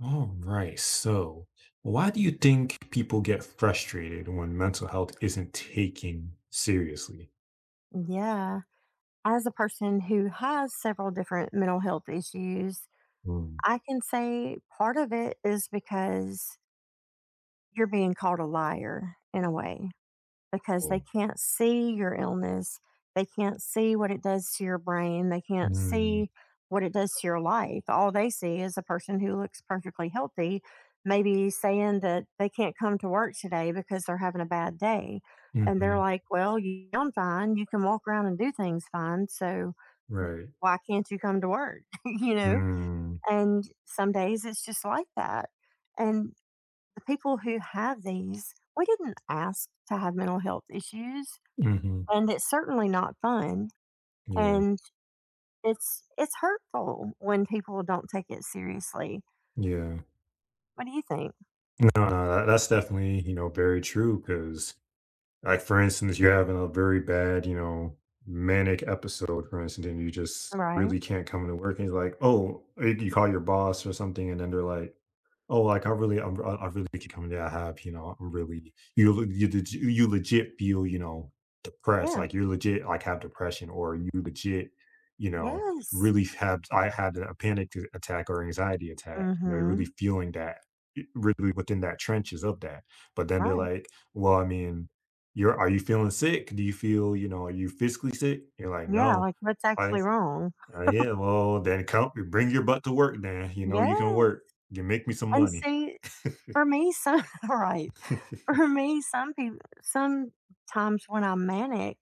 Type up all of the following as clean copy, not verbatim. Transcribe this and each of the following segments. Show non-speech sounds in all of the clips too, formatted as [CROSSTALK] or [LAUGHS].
All right. So, why do you think people get frustrated when mental health isn't taken seriously? Yeah. As a person who has several different mental health issues, Mm. I can say part of it is because you're being called a liar in a way, because they Oh. can't see your illness. They can't see what it does to your brain. They can't Mm. see what it does to your life. All they see is a person who looks perfectly healthy, maybe saying that they can't come to work today because they're having a bad day. And they're Mm-hmm. like, well, I fine. You can walk around and do things fine. So, Right. why can't you come to work? [LAUGHS] Mm. And some days it's just like that. And the people who have these, we didn't ask to have mental health issues. Mm-hmm. And it's certainly not fun. Yeah. And it's hurtful when people don't take it seriously. Yeah. What do you think? No, no, that's definitely, you know, very true. Because, like, for instance, you're having a very bad, you know, manic episode, for instance, and you just Right? really can't come to work. And you're like, oh, you call your boss or something, and then they're like, oh, like I really, I really could come to I have, you know. I'm really you legit feel, you know, depressed. Yeah. Like you legit, like have depression, or you legit, you know, Yes. really have. I had a attack or anxiety attack. You know, you're Mm-hmm. really feeling that, really within that trenches of that. But then they're Right. like, well, I mean, you're are you feeling sick? Do you feel, you know, are you physically sick? You're like, Yeah, no. like what's Like, actually wrong. Yeah, well, then come bring your butt to work. Then you know you can Yes. work. You make me some And money. see, for me, some [LAUGHS] right. [LAUGHS] For me, some people sometimes when I'm manic,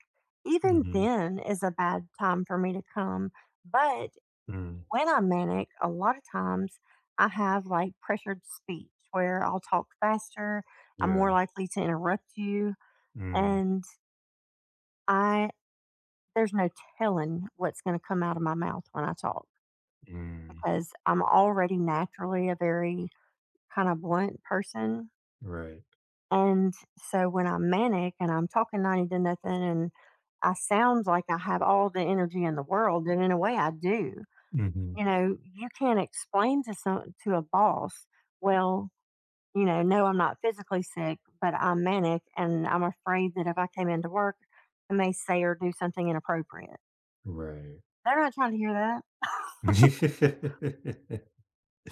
even Mhm. then is a bad time for me to come. But Mm. when I'm manic, a lot of times I have like pressured speech where I'll talk faster, I'm Yeah. more likely to interrupt you, Mm. and I there's no telling what's going to come out of my mouth when I talk Mm. because I'm already naturally a very kind of blunt person. Right. And so when I'm manic and I'm talking 90 to nothing and I sound like I have all the energy in the world, and in a way I do. Mhm. You know, you can't explain to some to a boss, well, you know, no, I'm not physically sick, but I'm manic and I'm afraid that if I came into work, I may say or do something inappropriate. Right. They're not trying to hear that. [LAUGHS]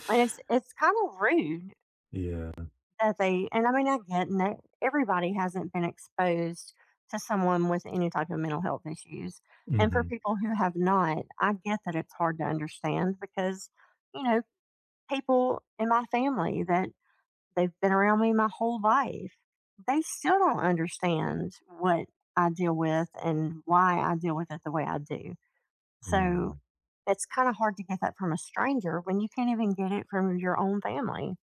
And it's kind of rude Yeah. that they and I mean, I get and that everybody hasn't been exposed to someone with any type of mental health issues. And for Mhm. people who have not, I get that it's hard to understand because, you know, people in my family that they've been around me my whole life, they still don't understand what I deal with and why I deal with it the way I do. So Mm. it's kind of hard to get that from a stranger when you can't even get it from your own family.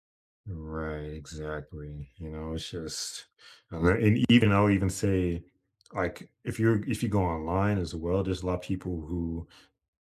Right, exactly. You know, it's just and even I'll even say, like, if you're if you go online as well, there's a lot of people who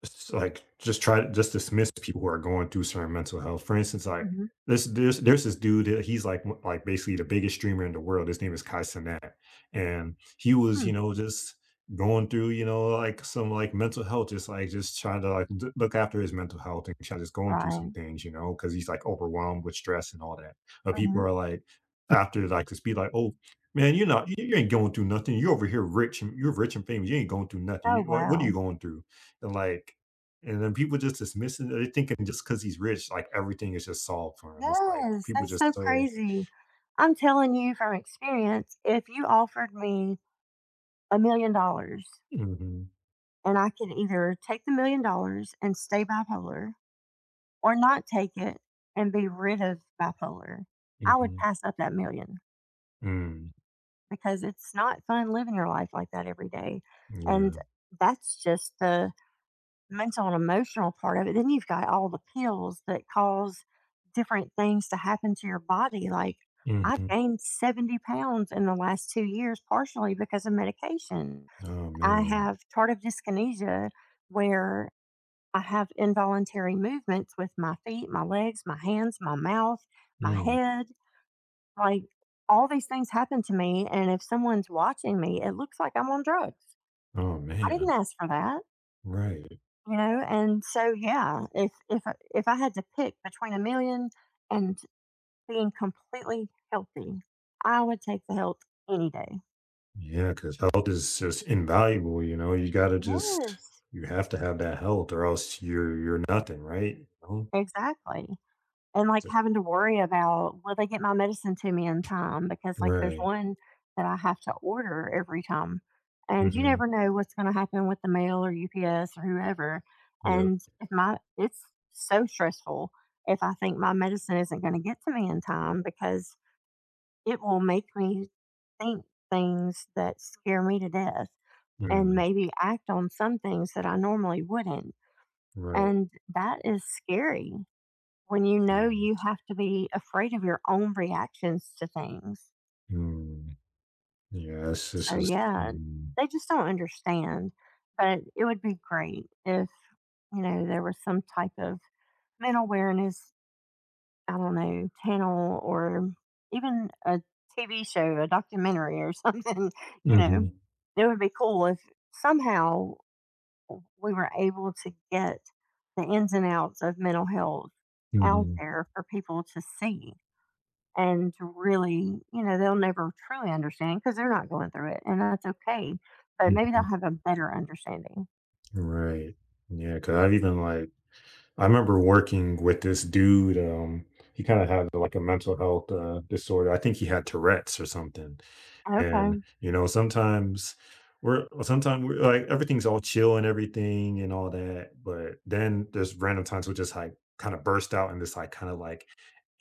it's like just try to just dismiss people who are going through certain mental health. For instance, like Hmm. this there's this dude that he's like like basically the biggest streamer in the world. His name is Kai Cenat. And he was, Hmm. you know, just going through, you know, like some like mental health, just like just trying to like look after his mental health and try just going through some Right. things, you know, because he's like overwhelmed with stress and all that. But people Mhm. are like after like just be like, oh man, you're not you ain't going through nothing. You're over here rich and you're rich and famous. You ain't going through nothing. Oh, You, what are wow. you going through? And like and then people just dismiss it. They're thinking just because he's rich, like, everything is just solved for him. It's like, Yes, people that's so just so crazy. I'm telling you from experience, if you offered me a million dollars Mhm, and I could either take the million dollars and stay bipolar or not take it and be rid of bipolar, I would mhm, pass up that million mm, because it's not fun living your life like that every day. And yeah, that's just the mental and emotional part of it. Then you've got all the pills that cause different things to happen to your body. Like I've mhm. gained 70 pounds in the last 2 years, partially because of medication. Oh, I man. have tardive dyskinesia where I have involuntary movements with my feet, my legs, my hands, my mouth, my Mm, head. Like all these things happen to me. And if someone's watching me, it looks like I'm on drugs. oh, I didn't man. ask for that. Right. You know, and so yeah, if I had to pick between a million and being completely healthy, I would take the health any day. Yeah. Because health is just invaluable, you know? You gotta just Yes, you have to have that health or else you're nothing, right? You know? exactly. And like Just having to worry about will they get my medicine to me in time because like there's right. one that I have to order every time. And you Mhm. never know what's going to happen with the mail or UPS or whoever. Yep. And if my it's so stressful if I think my medicine isn't going to get to me in time because it will make me think things that scare me to death and Mm. maybe act on some things that I normally wouldn't. Right. And that is scary when you know Mm. you have to be afraid of your own reactions to things. Mm. Yeah, it's So, just yeah, mm. they just don't understand. But it would be great if, you know, there was some type of mental awareness, I don't know, channel or even a TV show, a documentary or [LAUGHS] something, you know, Mhm, it would be cool if somehow we were able to get the ins and outs of mental health out mhm. there for people to see and to really, you know, they'll never truly understand because they're not going through it and that's okay. But maybe they'll Mhm. have a better understanding. Right. Yeah, 'cause I've even, like I remember working with this dude, he kinda had, like, a mental health, disorder. I think he had Tourette's or something, and, Okay. you know, sometimes sometimes we're like, everything's all chill and everything and all that, but then there's random times we'll just, like, kinda burst out in this, like, kinda, like,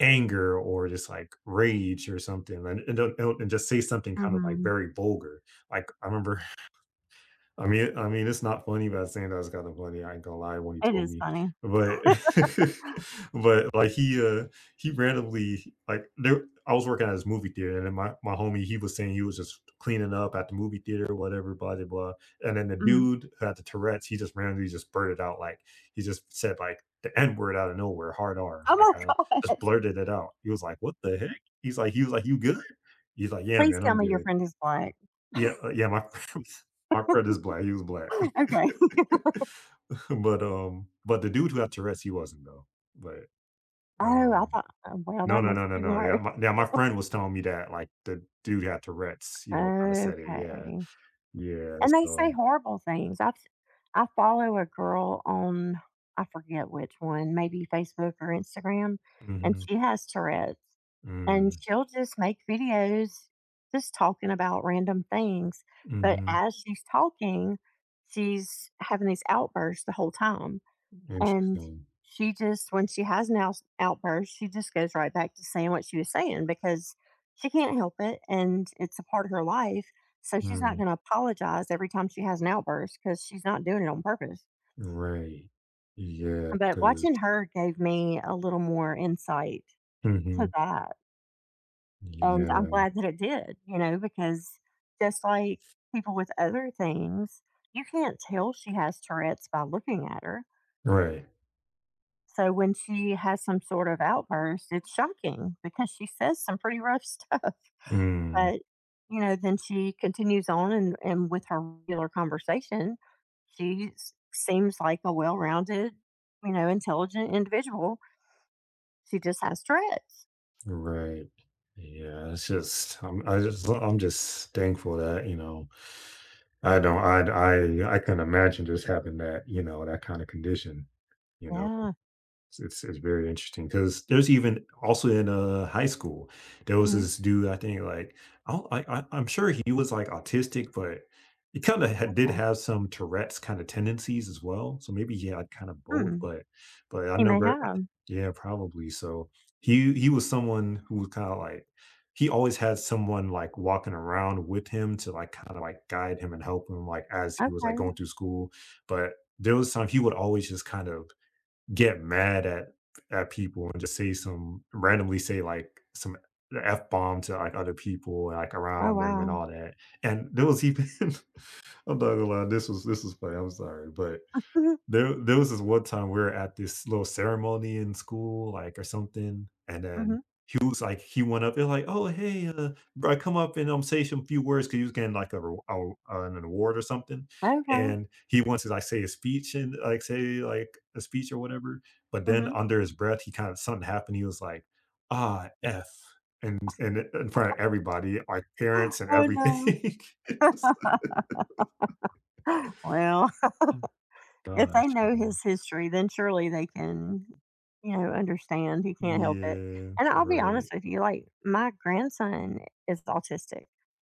anger or just, like, rage or something, and and just say something kind of, like, Hmm. very vulgar. Like, I remember I mean, it's not funny, but at the same time, it's kinda funny, I ain't gonna lie, when he It told is me, funny. but [LAUGHS] but, like, he randomly like, there I was working at this movie theater, and then my homie, he was saying he was just cleaning up at the movie theater, whatever, blah, de blah, and then the Hmm. dude who had the Tourette's, he just randomly just blurted out, like he just said, like, the N word out of nowhere, hard R, like, Oh my [LAUGHS] God. just blurted it out. He was like, "What the heck?" He was like, "You good?" He's like, "Yeah, Please man, tell I'm me your good." friend is black. Yeah, yeah, my [LAUGHS] my friend is black, he was black. [LAUGHS] Okay. [LAUGHS] But the dude who had Tourette's, he wasn't, though. But, Oh, I um thought oh, well, no, that no, makes no, it no, even no, yeah, worse. [LAUGHS] my yeah, my friend was telling me that, like, the dude had Tourette's, you know, kinda said it, yeah. Okay. Yeah, And they say so horrible things. I follow a girl on, I forget which one, maybe Facebook or Instagram, and Mhm, she has Tourette's, and mm, she'll just make videos just talking about random things, but mhm, as she's talking, she's having these outbursts the whole time. And interesting. she just, when she has an outs outburst, she just goes right back to saying what she was saying because she can't help it and it's a part of her life. So she's not Mm, going to apologize every time she has an outburst because she's not doing it on purpose. right. Yeah, But 'cause watching her gave me a little more insight to Mhm, that. And I'm yeah, glad that it did, you know, because just like people with other things, you can't tell she has Tourette's by looking at her. right, So when she has some sort of outburst, it's shocking because she says some pretty rough [LAUGHS] stuff. mm. But, you know, then she continues on and with her regular conversation, she seems like a well rounded, you know, intelligent individual. She just has Tourette's. Right. Yeah, it's just I'm just thankful that, you know, I don't I can not imagine just having that, you know, that kind of condition, you know. Yeah. It's very interesting because there's even also in, high school, there was Hmm. this dude, I think, like, I don't I I'm sure he was, like, autistic, but he kinda had did Okay. have some Tourette's kinda tendencies as well, so maybe he had kind of both, Hmm. But I He may remember have. yeah, probably, so he was someone who was kinda like he always had someone, like, walking around with him to, like, kinda, like, guide him and help him, like, as he was, like, Okay. going through school, but there was time he would always just kind of get mad at people and just say some randomly say like some F bomb to like other people like Oh, around them and wow. all that. And there was even [LAUGHS] I'm not gonna lie, this was funny. I'm sorry, but [LAUGHS] there was this one time we were at this little ceremony in school, like, or something, and Hmm. then he went up there like, "Oh, hey, bro, come up and, say some few words," because he was getting, like, a an award or something, Okay. and he wants to, like, say a speech and, like, a speech or whatever, but then Hmm. under his breath, he kinda something happened, he was like, "Ah, F," and in front of everybody, like, parents [GASPS] and Oh, no. everything. [LAUGHS] It's like, [LAUGHS] Well, oh if they gosh, know man. his history, then surely they can, you know, understand. He can't help it. Yeah, And I'll be right. honest with you, like, my grandson is autistic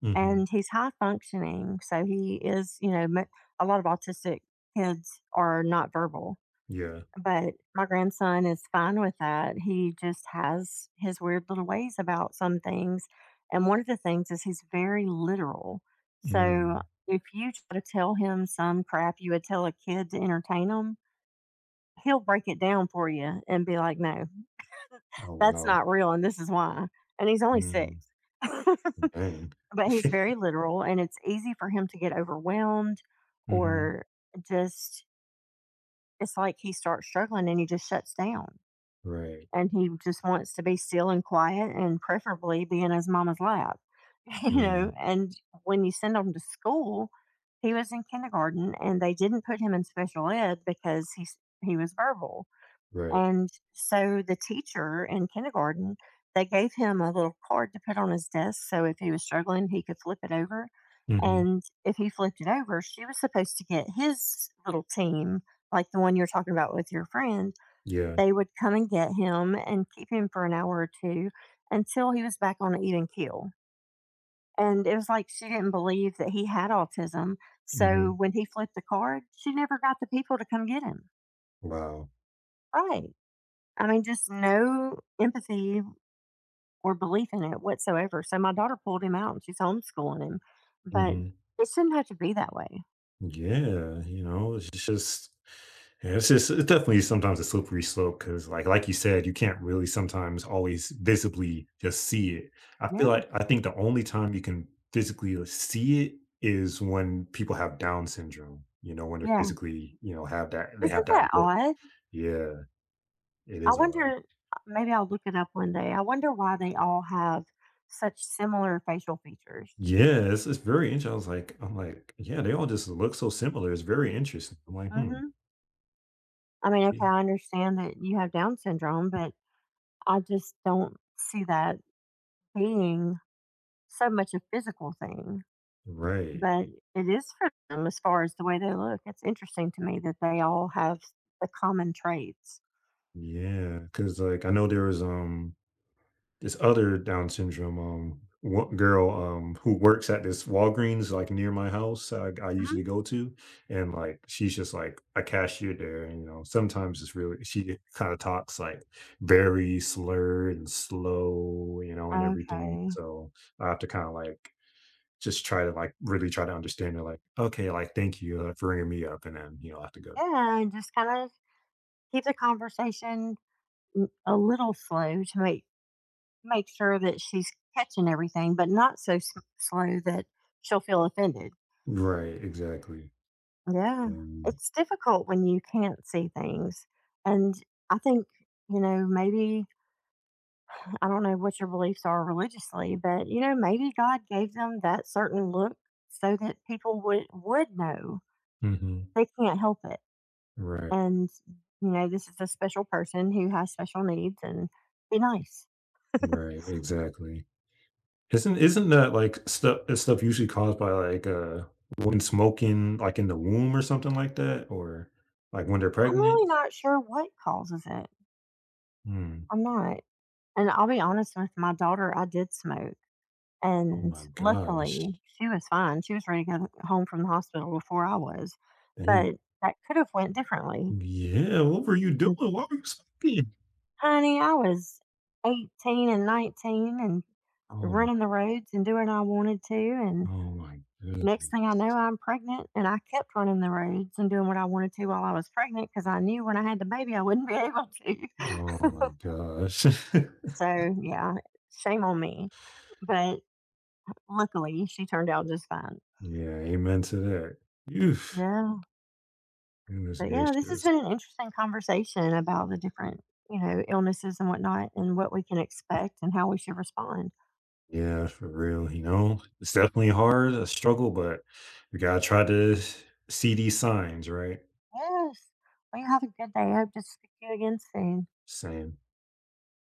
Mhm. and he's high functioning. So he is, you know, a lot of autistic kids are not verbal, Yeah. but my grandson is fine with that. He just has his weird little ways about some things. And one of the things is he's very literal. So Mm. if you try to tell him some crap you would tell a kid to entertain him, he'll break it down for you and be like, "No, Oh, that's wow. not real, and this is why." And he's only 6. Mm. [LAUGHS] Dang. But he's very literal, and it's easy for him to get overwhelmed Mhm. or just it's like he starts struggling and he just shuts down, Right. and he just wants to be still and quiet and preferably be in his mama's lap, [LAUGHS] you Mm. know? And when you send him to school, he was in kindergarten, and they didn't put him in special ed because he was verbal. Right. And so the teacher in kindergarten, they gave him a little card to put on his desk so if he was struggling, he could flip it over. Mhm. And if he flipped it over, she was supposed to get his little team, like the one you're talking about with your friend. Yeah. They would come and get him and keep him for an hour or two until he was back on an even keel. And it was like she didn't believe that he had autism. So Mhm. when he flipped the card, she never got the people to come get him. Wow. Right. I mean, just no empathy, or belief in it whatsoever. So my daughter pulled him out and she's homeschooling him. But Mhm. it shouldn't have to be that way. Yeah, you know, it's just yeah, it's just it's definitely sometimes a slippery slope because, like you said, you can't really sometimes always visibly just see it. I feel Yeah. like I think the only time you can physically see it is when people have Down syndrome, you know, when they're Yeah. physically, you know, have that they have Isn't that that look. odd? Yeah. It I is odd. wonder, maybe I'll look it up one day. I wonder why they all have such similar facial features. Yeah, it's very interesting. I'm like, "Yeah, they all just look so similar." It's very interesting. I'm like, "Hmm." Hmm. I mean, Yeah. okay, I understand that you have Down syndrome, but I just don't see that being so much a physical thing. Right. But it is for them as far as the way they look. It's interesting to me that they all have the common traits. Yeah, 'cause, like, I know there was, this other Down syndrome, wo girl, who works at this Walgreens, like, near my house I usually Mhm. go to, and, like, she's just, like, a cashier there, and, you know, sometimes it's really she kinda talks, like, very slurred and slow, you know, and everything, Okay. so I have to kinda, like just try to like really try to understand it like okay like thank you for ringing me up and then you know I have to go Yeah, and just kind of keep the conversation a little slow to make sure that she's catching everything, but not so slow that she'll feel offended. right exactly Yeah, um, it's difficult when you can't see things, and I think you know maybe, I don't know what your beliefs are religiously, but you know maybe God gave them that certain look so that people would know hmm they can't help it. right And, you know, this is a special person who has special needs and be nice. I'm right exactly isn't that like stuff usually caused by like when smoking like in the womb or something like that or like when they're pregnant really not sure what causes it. Hmm. I'm not. And I'll be honest with my daughter, I did smoke. Oh And my gosh. luckily, she was fine. She was ready to go home from the hospital before I was. Dang. But that could have went differently. Yeah, what were you doing? And Why were you smoking? honey, I was 18 and 19 and Oh running my. the roads and doing what I wanted to. Oh my Next thing goodness. I know, I'm pregnant, and I kept running the roads and doing what I wanted to while I was pregnant because I knew when I had the baby I wouldn't be able Oh my to. gosh. [LAUGHS] [LAUGHS] So, yeah, shame on me. But luckily, she turned out just fine. Yeah, amen to that. Oof, Yeah. goodness But yeah, this has gracious. been an interesting conversation about the different, you know, illnesses and whatnot and what we can expect and how we should respond. Yeah, for real. You know, it's definitely hard, a struggle, but we gotta try to see these signs, right? Yes. Well, you have a good day. I hope to speak to you again soon. Same.